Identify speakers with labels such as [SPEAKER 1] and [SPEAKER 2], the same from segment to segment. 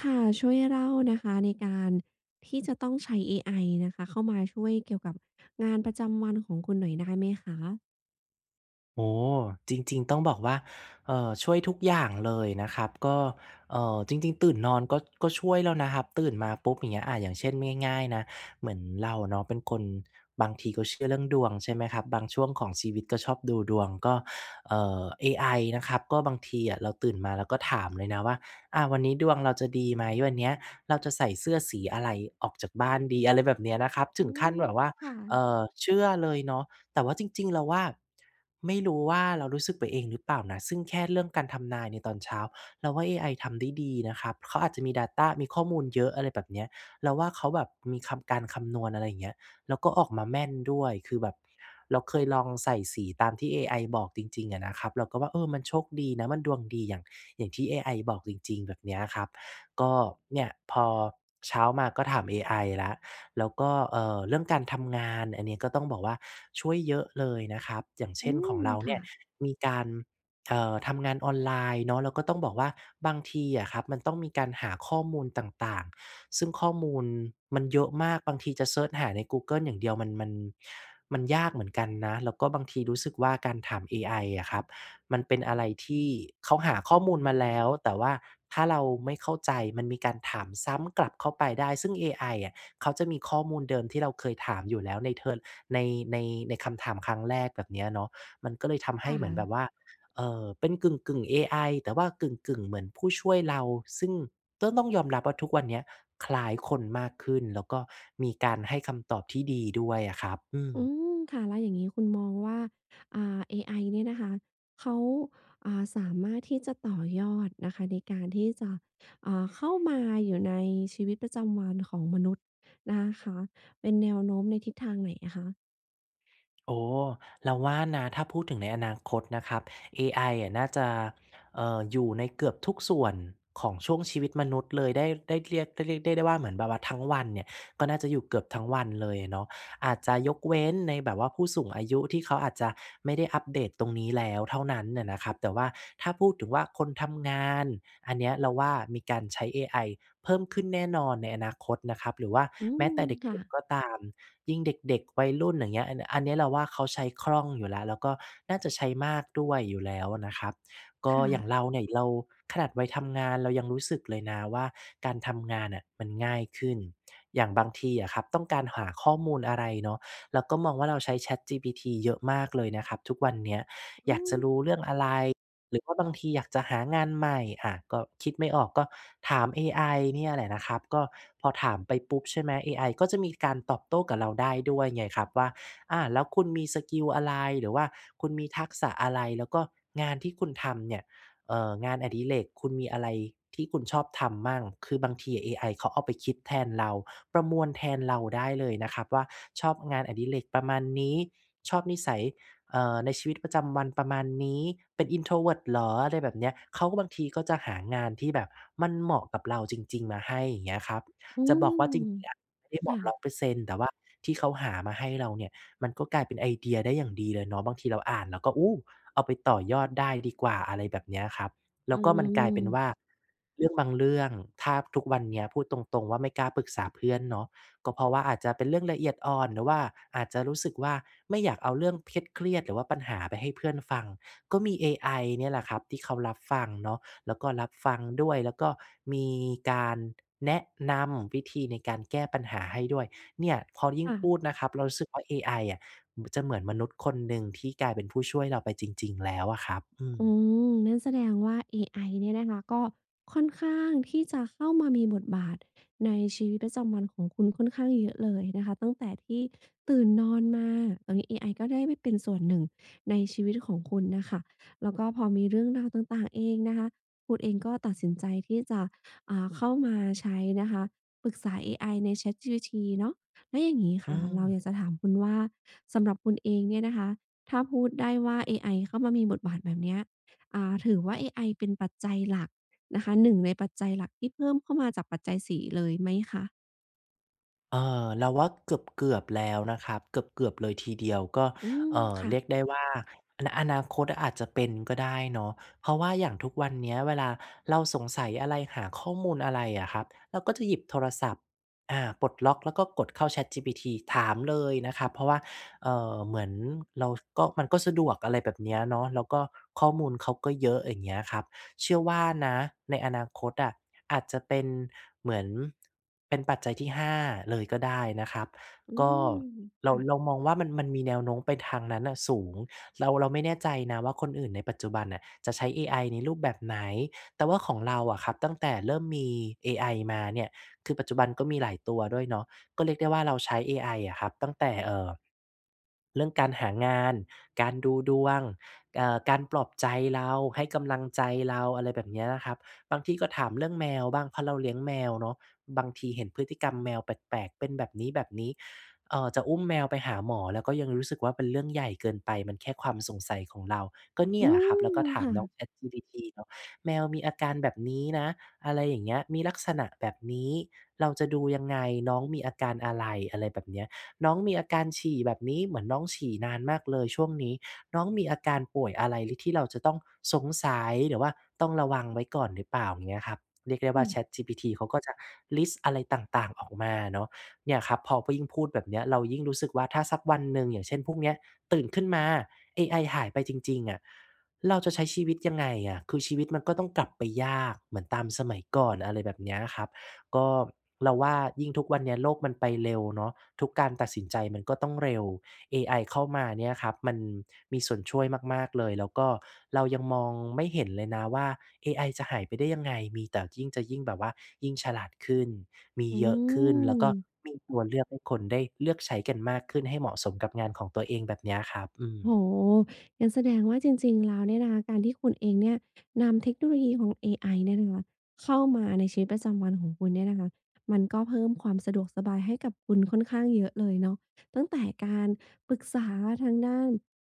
[SPEAKER 1] ค่ะช่วยเล่านะคะในการที่จะต้องใช้เอไอนะคะเข้ามาช่วยเกี่ยวกับงานประจำวันของคุณหน่อยได้ไหมคะ
[SPEAKER 2] โอ้จริงๆต้องบอกว่าช่วยทุกอย่างเลยนะครับก็จริงๆตื่นนอนก็ช่วยแล้วนะครับตื่นมาปุ๊บอย่างเงี้ยอย่างเช่นง่ายๆนะเหมือนเราเนาะเป็นคนบางทีก็เชื่อเรื่องดวงใช่ไหมครับบางช่วงของชีวิตก็ชอบดูดวงก็เอไอนะครับก็บางทีอะเราตื่นมาเราก็ถามเลยนะว่าวันนี้ดวงเราจะดีไหมวันเนี้ยเราจะใส่เสื้อสีอะไรออกจากบ้านดีอะไรแบบเนี้ยนะครับถึ
[SPEAKER 1] อื
[SPEAKER 2] งขั้
[SPEAKER 1] ม
[SPEAKER 2] นแบบว่า
[SPEAKER 1] ค่ะ
[SPEAKER 2] เชื่อเลยเนาะ แต่ว่าจริงๆ เราว่าไม่รู้ว่าเรารู้สึกไปเองหรือเปล่านะซึ่งแค่เรื่องการทำนายในตอนเช้าเราว่าเอไอทำได้ดีนะครับเขาอาจจะมี Data มีข้อมูลเยอะอะไรแบบเนี้ยเราว่าเขาแบบมีคำการคำนวณอะไรอย่างเงี้ยแล้วก็ออกมาแม่นด้วยคือแบบเราเคยลองใส่สีตามที่เอไอบอกจริงๆอะนะครับเราก็ว่าเออมันโชคดีนะมันดวงดีอย่างที่เอไอบอกจริงๆแบบเนี้ยครับก็เนี่ยพอเช้ามาก็ถามเอไอแล้ว แล้วก็เรื่องการทำงานอันนี้ก็ต้องบอกว่าช่วยเยอะเลยนะครับ อย่าง
[SPEAKER 1] อื
[SPEAKER 2] เช่นของ
[SPEAKER 1] ม
[SPEAKER 2] เราเนี่
[SPEAKER 1] ค่ะ
[SPEAKER 2] ยมีการทำงานออนไลน์เนาะแล้วก็ต้องบอกว่าบางทีอะครับมันต้องมีการหาข้อมูลต่างๆซึ่งข้อมูลมันเยอะมากบางทีจะเซิร์ชหาในกูเกิลอย่างเดียวมันยากเหมือนกันนะแล้วก็บางทีรู้สึกว่าการถามเอไออะครับมันเป็นอะไรที่เขาหาข้อมูลมาแล้วแต่ว่าถ้าเราไม่เข้าใจมันมีการถามซ้ำกลับเข้าไปได้ซึ่งเอไออะ เขาจะมีข้อมูลเดิมที่เราเคยถามอยู่แล้วในเทิร์นในในในคำถามครั้งแรกแบบเนี้ยเนาะมันก็เลยทำให้
[SPEAKER 1] ค่ะ
[SPEAKER 2] เหมือนแบบว่าเป็นกึ่งๆเอไอแต่ว่ากึ่งๆเหมือนผู้ช่วยเราซึ่งก็ต้องยอมรับว่าทุกวันเนี้ยคล้ายคนมากขึ้นแล้วก็มีการให้คำตอบที่ดีด้วยอะครับอืม
[SPEAKER 1] อืมค่ะแล้วอย่างงี้คุณมองว่าอ่าเอไอเนี่ยนะคะเขาอ่าสามารถที่จะต่อยอดนะคะในการที่จะเข้ามาอยู่ในชีวิตประจำวันของมนุษย์นะคะเป็นแนวโน้มในทิศทางไหนอะคะ
[SPEAKER 2] โอ้เราว่านะถ้าพูดถึงในอนาคตนะครับเอไออะน่าจะอยู่ในเกือบทุกส่วนของช่วงชีวิตมนุษย์เลยได้ได้เรียกได้เรียกได้ได้ว่าเหมือนแบบว่าทั้งวันเนี่ยก็น่าจะอยู่เกือบทั้งวันเลยอะเนาะอาจจะยกเว้นในแบบว่าผู้สูงอายุที่เขาอาจจะไม่ได้อัปเดตตรงนี้แล้วเท่านั้นน่ะนะครับแต่ว่าถ้าพูดถึงว่าคนทำงานอันเนี้ยเราว่ามีการใช้เอไอ เพิ่มขึ้นแน่นอนในอนาคตนะครับหรือว่า
[SPEAKER 1] อื
[SPEAKER 2] แม้
[SPEAKER 1] ม
[SPEAKER 2] แต่เ
[SPEAKER 1] ค่ะ
[SPEAKER 2] ด็กๆก็ตามยิ่งเด็กๆวัยรุ่นอย่างเงี้ยอันเนี้ยเราว่าเขาใช้คล่องอยู่แล้วแล้วก็น่าจะใช้มากด้วยอยู่แล้วนะครับ
[SPEAKER 1] ค
[SPEAKER 2] ก็อย่างเรา
[SPEAKER 1] ่ะ
[SPEAKER 2] เนี่ยเราขนาดวัยทำงานเรายังรู้สึกเลยนะว่าการทำงานน่ะมันง่ายขึ้นอย่างบางทีอะครับต้องการหาข้อมูลอะไรเนาะเราก็มองว่าเราใช้ ChatGPT เยอะมากเลยนะครับทุกวันเนี้ย
[SPEAKER 1] อืม
[SPEAKER 2] อะไรหรือว่าบางทีอยากจะหางานใหม่ก็คิดไม่ออกก็ถามเอไอเนี่ยแหละนะครับก็พอถามไปปุ๊บใช่ไหมเอไอก็จะมีการตอบโต้กับเราได้ด้วยไงครับว่าแล้วคุณมีสกิลอะไรหรือว่าคุณมีทักษะอะไรแล้วก็งานที่คุณทำเนี่ยงานอดิเรกคุณมีอะไรที่คุณชอบทำมั่งคือบางทีเอไอเขาเอาไปคิดแทนเราประมวลแทนเราได้เลยนะครับว่าชอบงานอดิเรกประมาณนี้ชอบนิสัย ในชีวิตประจำวันประมาณนี้เป็น introvert เหรออะไรแบบเนี้ยเขาก็บางทีก็จะหางานที่แบบมันเหมาะกับเราจริงๆมาให้อย่างเงี้ยครับ
[SPEAKER 1] อื
[SPEAKER 2] จะบ
[SPEAKER 1] ม
[SPEAKER 2] อกว่าจริงๆอะไม่ได้เหมาะ
[SPEAKER 1] ค่ะ
[SPEAKER 2] 100%แต่ว่าที่เขาหามาให้เราเนี่ยมันก็กลายเป็นไอเดียได้อย่างดีเลยเนาะบางทีเราอ่านแล้วก็อู้เอาไปต่อยอดได้ดีกว่าอะไรแบบเนี้ยครับแล้
[SPEAKER 1] อื
[SPEAKER 2] วก็มันกลายเป็นว่า
[SPEAKER 1] ม
[SPEAKER 2] เรื่องบางเรื่องถ้าทุกวันเนี้ยพูดตรงๆว่าไม่กล้าปรึกษาเพื่อนเนาะ ก็เพราะว่าอาจจะเป็นเรื่องละเอียดอ่อนหรือว่าอาจจะรู้สึกว่าไม่อยากเอาเรื่องเครียดๆหรือว่าปัญหาไปให้เพื่อนฟังก็มีเอไอเนี่ยแหละครับที่เขารับฟังเนาะแล้วก็รับฟังด้วยแล้วก็มีการแนะนำวิธีในการแก้ปัญหาให้ด้วยเนี่ยพอยิ่งพูด
[SPEAKER 1] ค่ะ
[SPEAKER 2] นะครับเรารู้สึกว่าเอไออะจะเหมือนมนุษย์คนหนึ่งที่กลายเป็นผู้ช่วยเราไปจริงๆแล้วอะครับ
[SPEAKER 1] อืมนั่นแสดงว่าเอไอเนี่ยนะคะก็ค่อนข้างที่จะเข้ามามีบทบาทในชีวิตประจำวันของคุณค่อนข้างเยอะเลยนะคะตั้งแต่ที่ตื่นนอนมาตอนนี้เอไอก็ได้ไปเป็นส่วนหนึ่งในชีวิตของคุณน่ะค่ะแล้วก็พอมีเรื่องราวต่างๆเองนะคะคุณเองก็ตัดสินใจที่จะเข้ามาใช้นะคะปรึกษาเอไอใน ChatGPT เนาะแล้วอย่างงี้
[SPEAKER 2] อื
[SPEAKER 1] ค่ะ
[SPEAKER 2] ม
[SPEAKER 1] เราอยากจะถามคุณว่าสำหรับคุณเองเนี่ยนะคะถ้าพูดได้ว่าเอไอเข้ามามีบทบาทแบบเนี้ย ถือว่าเอไอเป็นปัจจัยหลักนะคะหนึ่งในปัจจัยหลักที่เพิ่มเข้ามาจากปัจจัยสีเลยไหมคะ
[SPEAKER 2] เอเราว่าเกือบๆแล้วนะครับเกือบๆเลยทีเดียวก็
[SPEAKER 1] อืมค่ะ
[SPEAKER 2] เรียกได้ว่าอนาคตอาจจะเป็นก็ได้เนาะเพราะว่าอย่างทุกวันเนี้ยเวลาเราสงสัยอะไรหาข้อมูลอะไรอะครับเราก็จะหยิบโทรศัพท์ปลดล็อกแล้วก็กดเข้า ChatGPT ถามเลยนะครับเพราะว่าเหมือนเราก็มันก็สะดวกอะไรแบบเนี้ยเนาะแล้วก็ข้อมูลเขาก็เยอะอย่างเงี้ยครับ เชื่อว่านะในอนาคตอะอาจจะเป็นเหมือนเป็นปัจจัยที่5เลยก็ได้นะครับ
[SPEAKER 1] อื
[SPEAKER 2] ก็
[SPEAKER 1] ม
[SPEAKER 2] เรา
[SPEAKER 1] ค่ะ
[SPEAKER 2] เรามองว่ามันมีแนวโน้มไปทางนั้นน่ะสูงเราไม่แน่ใจนะว่าคนอื่นในปัจจุบันน่ะจะใช้เอไอในรูปแบบไหนแต่ว่าของเราอะครับตั้งแต่เริ่มมีเอไอมาเนี่ยคือปัจจุบันก็มีหลายตัวด้วยเนาะก็เรียกได้ว่าเราใช้เอไออะครับตั้งแต่เรื่องการหางานการดูดวง การปลอบใจเราให้กำลังใจเราอะไรแบบเนี้ยนะครับบางทีก็ถามเรื่องแมวบ้างเพราะเราเลี้ยงแมวเนาะบางทีเห็นพฤติกรรมแมวแปลกๆเป็นแบบนี้ๆจะอุ้มแมวไปหาหมอแล้วก็ยังรู้สึกว่าเป็นเรื่องใหญ่เกินไปมันแค่ความสงสัยของเราก็เนี่
[SPEAKER 1] อื
[SPEAKER 2] ยแหละครับแล้วก็
[SPEAKER 1] ม
[SPEAKER 2] ถาม
[SPEAKER 1] ค่ะ
[SPEAKER 2] น้อง ChatGPT เนาะแมวมีอาการแบบนี้นะอะไรอย่างเงี้ยมีลักษณะแบบนี้เราจะดูยังไงน้องมีอาการอะไรอะไรแบบเนี้ยน้องมีอาการฉี่แบบนี้เหมือนน้องฉี่นานมากเลยช่วงนี้ น้องมีอาการป่วยอะไรหรือที่เราจะต้องสงสัยหรือว่าต้องระวังไว้ก่อนหรือเปล่าอย่างเงี้ยครับเรียกได้ว่า
[SPEAKER 1] ค่ะ
[SPEAKER 2] ChatGPT เขาก็จะลิสต์อะไรต่างๆออกมาเนาะเนี่ยครับพอยิ่งพูดแบบเนี้ยเรายิ่งรู้สึกว่าถ้าสักวันหนึ่งอย่างเช่นพวกเนี้ยตื่นขึ้นมาเอไอหายไปจริงๆอะเราจะใช้ชีวิตยังไงอะคือชีวิตมันก็ต้องกลับไปยากเหมือนตามสมัยก่อนอะไรแบบเนี้ยครับก็เราว่ายิ่งทุกวันเนี้ยโลกมันไปเร็วเนาะทุกการตัดสินใจมันก็ต้องเร็ว เอไอเข้ามาเนี่ยครับมันมีส่วนช่วยมากๆเลยแล้วก็เรายังมองไม่เห็นเลยนะว่าเอไอจะหายไปได้ยังไงมีแต่ยิ่งจะยิ่งแบบว่ายิ่งฉลาดขึ้นมี
[SPEAKER 1] อื
[SPEAKER 2] เยอะขึ้นแล้ว
[SPEAKER 1] ม
[SPEAKER 2] ก็มีตัวเลือกให้คนได้เลือกใช้กันมากขึ้นให้เหมาะสมกับงานของตัวเองแบบเนี้ยครับอืม
[SPEAKER 1] โอ้โฮงั้นแสดงว่าจริงๆแล้วเนี่ยนะคะการที่คุณเองเนี่ยนำเทคโนโลยีของเอไอเนี่ยนะคะเข้ามาในชีวิตประจำวันของคุณเนี่ยนะคะมันก็เพิ่มความสะดวกสบายให้กับคุณค่อนข้างเยอะเลยเนาะตั้งแต่การปรึกษาทางด้าน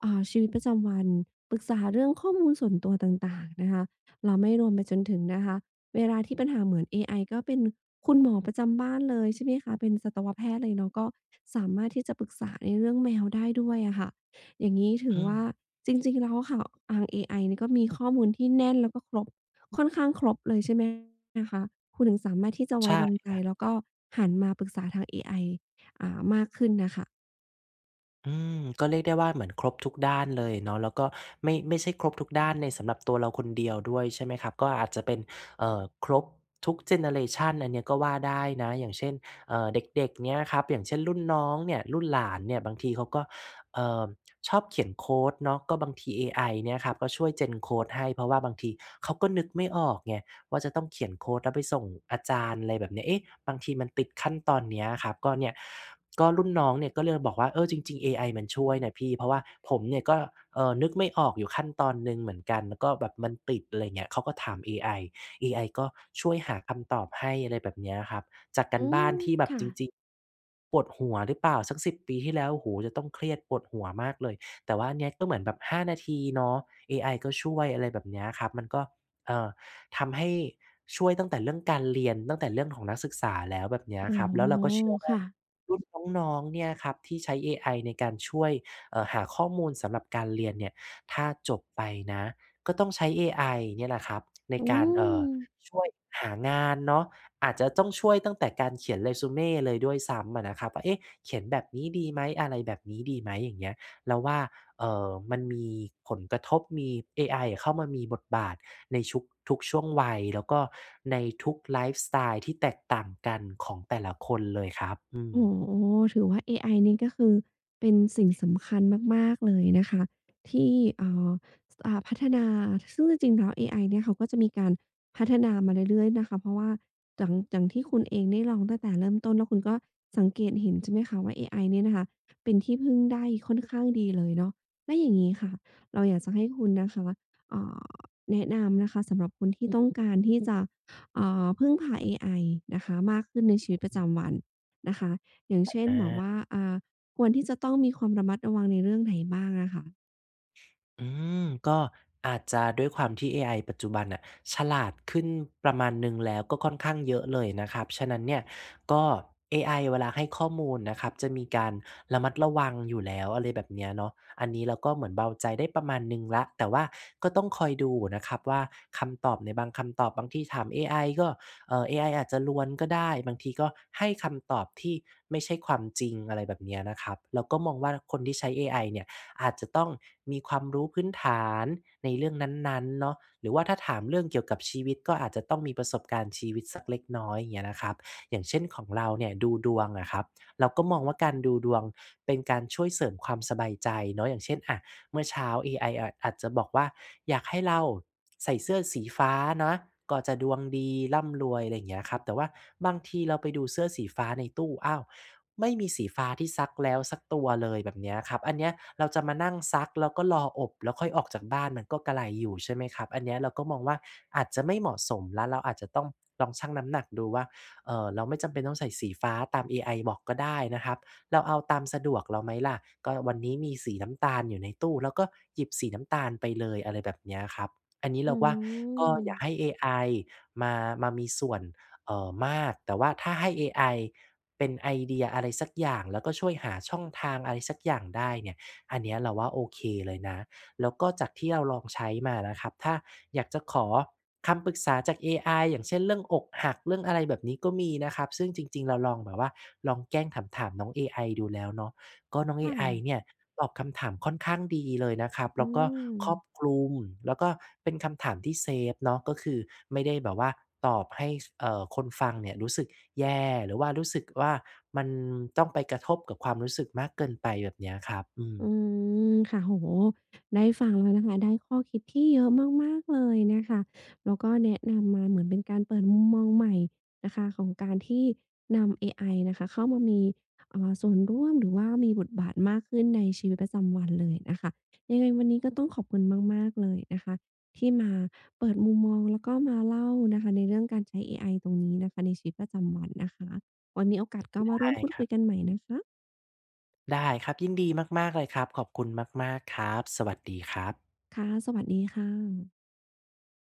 [SPEAKER 1] ชีวิตประจำวัน ปรึกษาเรื่องข้อมูลส่วนตัวต่างๆนะคะแล้วไม่รวมไปจนถึงนะคะเวลาที่ปัญหาเหมือนเอไอก็เป็นคุณหมอประจำบ้านเลยใช่ไหมคะเป็นสัตวแพทย์เลยเนาะก็สามารถที่จะปรึกษาในเรื่องแมวได้ด้วยอะค่ะ อย่างนี้ถือ
[SPEAKER 2] อืม
[SPEAKER 1] ว่าจริงๆแล้วอะค่ะทางเอไอนี่ก็มีข้อมูลที่แน่นแล้วก็ครบค่อนข้างครบเลยใช่ไหมคะคุณถึงสามารถที่จะไว้
[SPEAKER 2] ใช่
[SPEAKER 1] วาง
[SPEAKER 2] ค
[SPEAKER 1] ใจ
[SPEAKER 2] รั
[SPEAKER 1] แล้
[SPEAKER 2] บ
[SPEAKER 1] วก็หันมาปรึกษาทางเอไอมากขึ้นน่ะค่ะ
[SPEAKER 2] อืมก็เรียกได้ว่าเหมือนครบทุกด้านเลยเนาะแล้วก็ไม่ใช่ครบทุกด้านในสำหรับตัวเราคนเดียวด้วยใช่ไหมครับก็อาจจะเป็นครบทุกเจเนอเรชันอันเนี้ยก็ว่าได้นะอย่างเช่นเด็กๆเนี้ยครับอย่างเช่นรุ่นน้องเนี่ยรุ่นหลานเนี่ยบางทีเขาก็เอ่อชอบเขียนโคดเนาะก็บางทีเอไอเนี่ยครับก็ช่วย gen โคดให้เพราะว่าบางทีเขาก็นึกไม่ออกไง ว่าจะต้องเขียนโคดแล้วไปส่งอาจารย์อะไรแบบเนี้ยเอ๊ะบางทีมันติดขั้นตอนเนี้ยครับก็เนี่ยก็รุ่นน้องเนี่ยก็เลยบอกว่าเออจริงๆเอไอมันช่วยนะพี่เพราะว่าผมเนี่ยก็นึกไม่ออกอยู่ขั้นตอนหนึ่งเหมือนกัน แล้วก็แบบมันติดอะไรเงี้ยเขาก็ถามเอไอเอไอก็ช่วยหาคำตอบให้อะไรแบบเนี้ยครับ จากกา
[SPEAKER 1] อื
[SPEAKER 2] รบ้า
[SPEAKER 1] ม
[SPEAKER 2] นที่แบบ
[SPEAKER 1] ค่ะ
[SPEAKER 2] จริงๆปวดหัวหรือเปล่าสัก10 ปีที่แล้วโอ้โฮจะต้องเครียดปวดหัวมากเลยแต่ว่าอันเนี้ยก็เหมือนแบบ5 นาทีเนาะเอไอก็ช่วยอะไรแบบเนี้ยครับมันก็เอ่อ ทำให้ช่วยตั้งแต่เรื่องการเรียนตั้งแต่เรื่องของนักศึกษาแล้วแบบเนี้ย
[SPEAKER 1] โอ้
[SPEAKER 2] ครับแล้วเราก็เชื่อว่า
[SPEAKER 1] โค่ะ
[SPEAKER 2] รุ่นน้องๆเนี่ยครับที่ใช้เอไอในการช่วยหาข้อมูลสำหรับการเรียนเนี่ยถ้าจบไปนะก็ต้องใช้เอไอเนี่ยแหละครับใน
[SPEAKER 1] อื
[SPEAKER 2] การ
[SPEAKER 1] ม
[SPEAKER 2] ช่วยหางานเนาะอาจจะต้องช่วยตั้งแต่การเขียน resume เลยด้วยซ้ำอะนะครับว่าเอ๊ะเขียนแบบนี้ดีไหมอะไรแบบนี้ดีไหมอย่างเงี้ยเราว่า มันมีผลกระทบมีเอไออะเข้ามามีบทบาทในชุกทุกช่วงวัยแล้วก็ในทุกไลฟ์สไตล์ที่แตกต่างกันของแต่ละคนเลยครับอืม
[SPEAKER 1] โอ้โฮถือว่าเอไอนี่ก็คือเป็นสิ่งสำคัญมากๆเลยนะคะที่เอ่อพัฒนาซึ่งจริงๆแล้วเอไอเนี่ยเขาก็จะมีการพัฒนามาเรื่อยๆนะคะเพราะว่าอย่างอย่างที่คุณเองได้ลองตั้งแต่เริ่มต้นแล้วคุณก็สังเกตเห็นใช่ไหมคะว่าเอไอเนี่ยนะคะเป็นที่พึ่งได้ค่อนข้างดีเลยเนาะแล้วอย่างงี้ค่ะเราอยากจะให้คุณนะคะเอ่อแนะนำนะคะสำหรับคนที่ต้องการที่จะพึ่งพาเอไอนะคะมากขึ้นในชีวิตประจำวันนะคะ อย่างเช่นแบบว่า
[SPEAKER 2] อา
[SPEAKER 1] ควรที่จะต้องมีความระมัดระวังในเรื่องไหนบ้างอะค่ะ
[SPEAKER 2] อืมก็อาจจะด้วยความที่เอไอปัจจุบันน่ะฉลาดขึ้นประมาณหนึ่งแล้วก็ค่อนข้างเยอะเลยนะครับฉะนั้นเนี่ยก็เอไอเวลาให้ข้อมูลนะครับจะมีการระมัดระวังอยู่แล้วอะไรแบบเนี้ยเนาะอันนี้เราก็เหมือนเบาใจได้ประมาณหนึ่งแล้วแต่ว่าก็ต้องคอยดูนะครับว่าคำตอบในบางคำตอบบางทีถามเอไอก็เอไออาจจะลวนก็ได้บางทีก็ให้คำตอบที่ไม่ใช่ความจริงอะไรแบบเนี้ยนะครับเราก็มองว่าคนที่ใช้เอไอเนี่ย อาจจะต้องมีความรู้พื้นฐานในเรื่องนั้นๆเนาะหรือว่าถ้าถามเรื่องเกี่ยวกับชีวิตก็อาจจะต้องมีประสบการณ์ชีวิตสักเล็กน้อยอย่างเงี้ยนะครับอย่างเช่นของเราเนี่ยดูดวงอะครับเราก็มองว่าการดูดวงเป็นการช่วยเสริมความสบายใจเนาะอย่างเช่นอะ เมื่อเช้าเอไออาจจะบอกว่าอยากให้เราใส่เสื้อสีฟ้านะก็จะดวงดีร่ำรวยอะไรอย่างเงี้ยครับแต่ว่าบางทีเราไปดูเสื้อสีฟ้าในตู้อ้าวไม่มีสีฟ้าที่ซักแล้วสักตัวเลยแบบเนี้ยครับอันเนี้ยเราจะมานั่งซักแล้วก็รออบแล้วค่อยออกจากบ้านมันก็กระไรอยู่ใช่ไหมครับอันเนี้ยเราก็มองว่าอาจจะไม่เหมาะสมแล้วเราอาจจะต้องลองชั่งน้ำหนักดูว่าเราไม่จำเป็นต้องใส่สีฟ้าตามเอไอบอกก็ได้นะครับ เราเอาตามสะดวกเราไหมล่ะก็วันนี้มีสีน้ำตาลอยู่ในตู้เราก็หยิบสีน้ำตาลไปเลยอะไรแบบเนี้ยครับอันนี้เรา
[SPEAKER 1] อื
[SPEAKER 2] ว่าก็
[SPEAKER 1] ม
[SPEAKER 2] อย่าให้เอไอมามามีส่วนมากแต่ว่าถ้าให้เอไอเป็นไอเดียอะไรสักอย่างแล้วก็ช่วยหาช่องทางอะไรสักอย่างได้เนี่ยอันเนี้ยเราว่าโอเคเลยนะ แล้วก็จากที่เราลองใช้มานะครับถ้าอยากจะขอคำปรึกษาจากเอไออย่างเช่นเรื่องอกหักเรื่องอะไรแบบนี้ก็มีนะครับซึ่งจริงๆเราลองแบบว่าลองแกล้งถามๆน้องเอไอดูแล้วเนาะก็น้อง
[SPEAKER 1] ค
[SPEAKER 2] เอไอเนี่
[SPEAKER 1] ่ะ
[SPEAKER 2] ยตอบคำถามค่อนข้างดีเลยนะครับแล้
[SPEAKER 1] อื
[SPEAKER 2] วก็
[SPEAKER 1] ม
[SPEAKER 2] ครอบคลุมแล้วก็เป็นคำถามที่เซฟเนาะก็คือไม่ได้แบบว่าตอบให้สคนฟังเนี่ยรู้สึกแย่หรือว่ารู้สึกว่ามันต้องไปกระทบกับความรู้สึกมากเกินไปแบบเนี้ยครับอืม
[SPEAKER 1] อืมค่ะโอ้โฮได้ฟังแล้วนะคะได้ข้อคิดที่เยอะมากๆเลยนะคะแล้วก็แนะนำมาเหมือนเป็นการเปิดมุมมองใหม่นะคะของการที่นำเอไอนะคะเข้ามามีส่วนร่วมหรือว่ามีบทบาทมากขึ้นในชีวิตประจำวันเลยนะคะยังไงวันนี้ก็ต้องขอบคุณมากๆเลยนะคะที่มาเปิดมุมมองแล้วก็มาเล่านะคะในเรื่องการใช้เอไอตรงนี้นะคะในชีวิตประจำวันนะคะไว้มีโอกาสก็มา
[SPEAKER 2] ใช่
[SPEAKER 1] ร่วมพูด
[SPEAKER 2] ครั
[SPEAKER 1] คุย
[SPEAKER 2] บ
[SPEAKER 1] กันใหม่นะคะ
[SPEAKER 2] ได้ครับยินดีมากๆเลยครับขอบคุณมากๆครับสวัสดีครับ
[SPEAKER 1] ค่ะสวัสดีค่ะ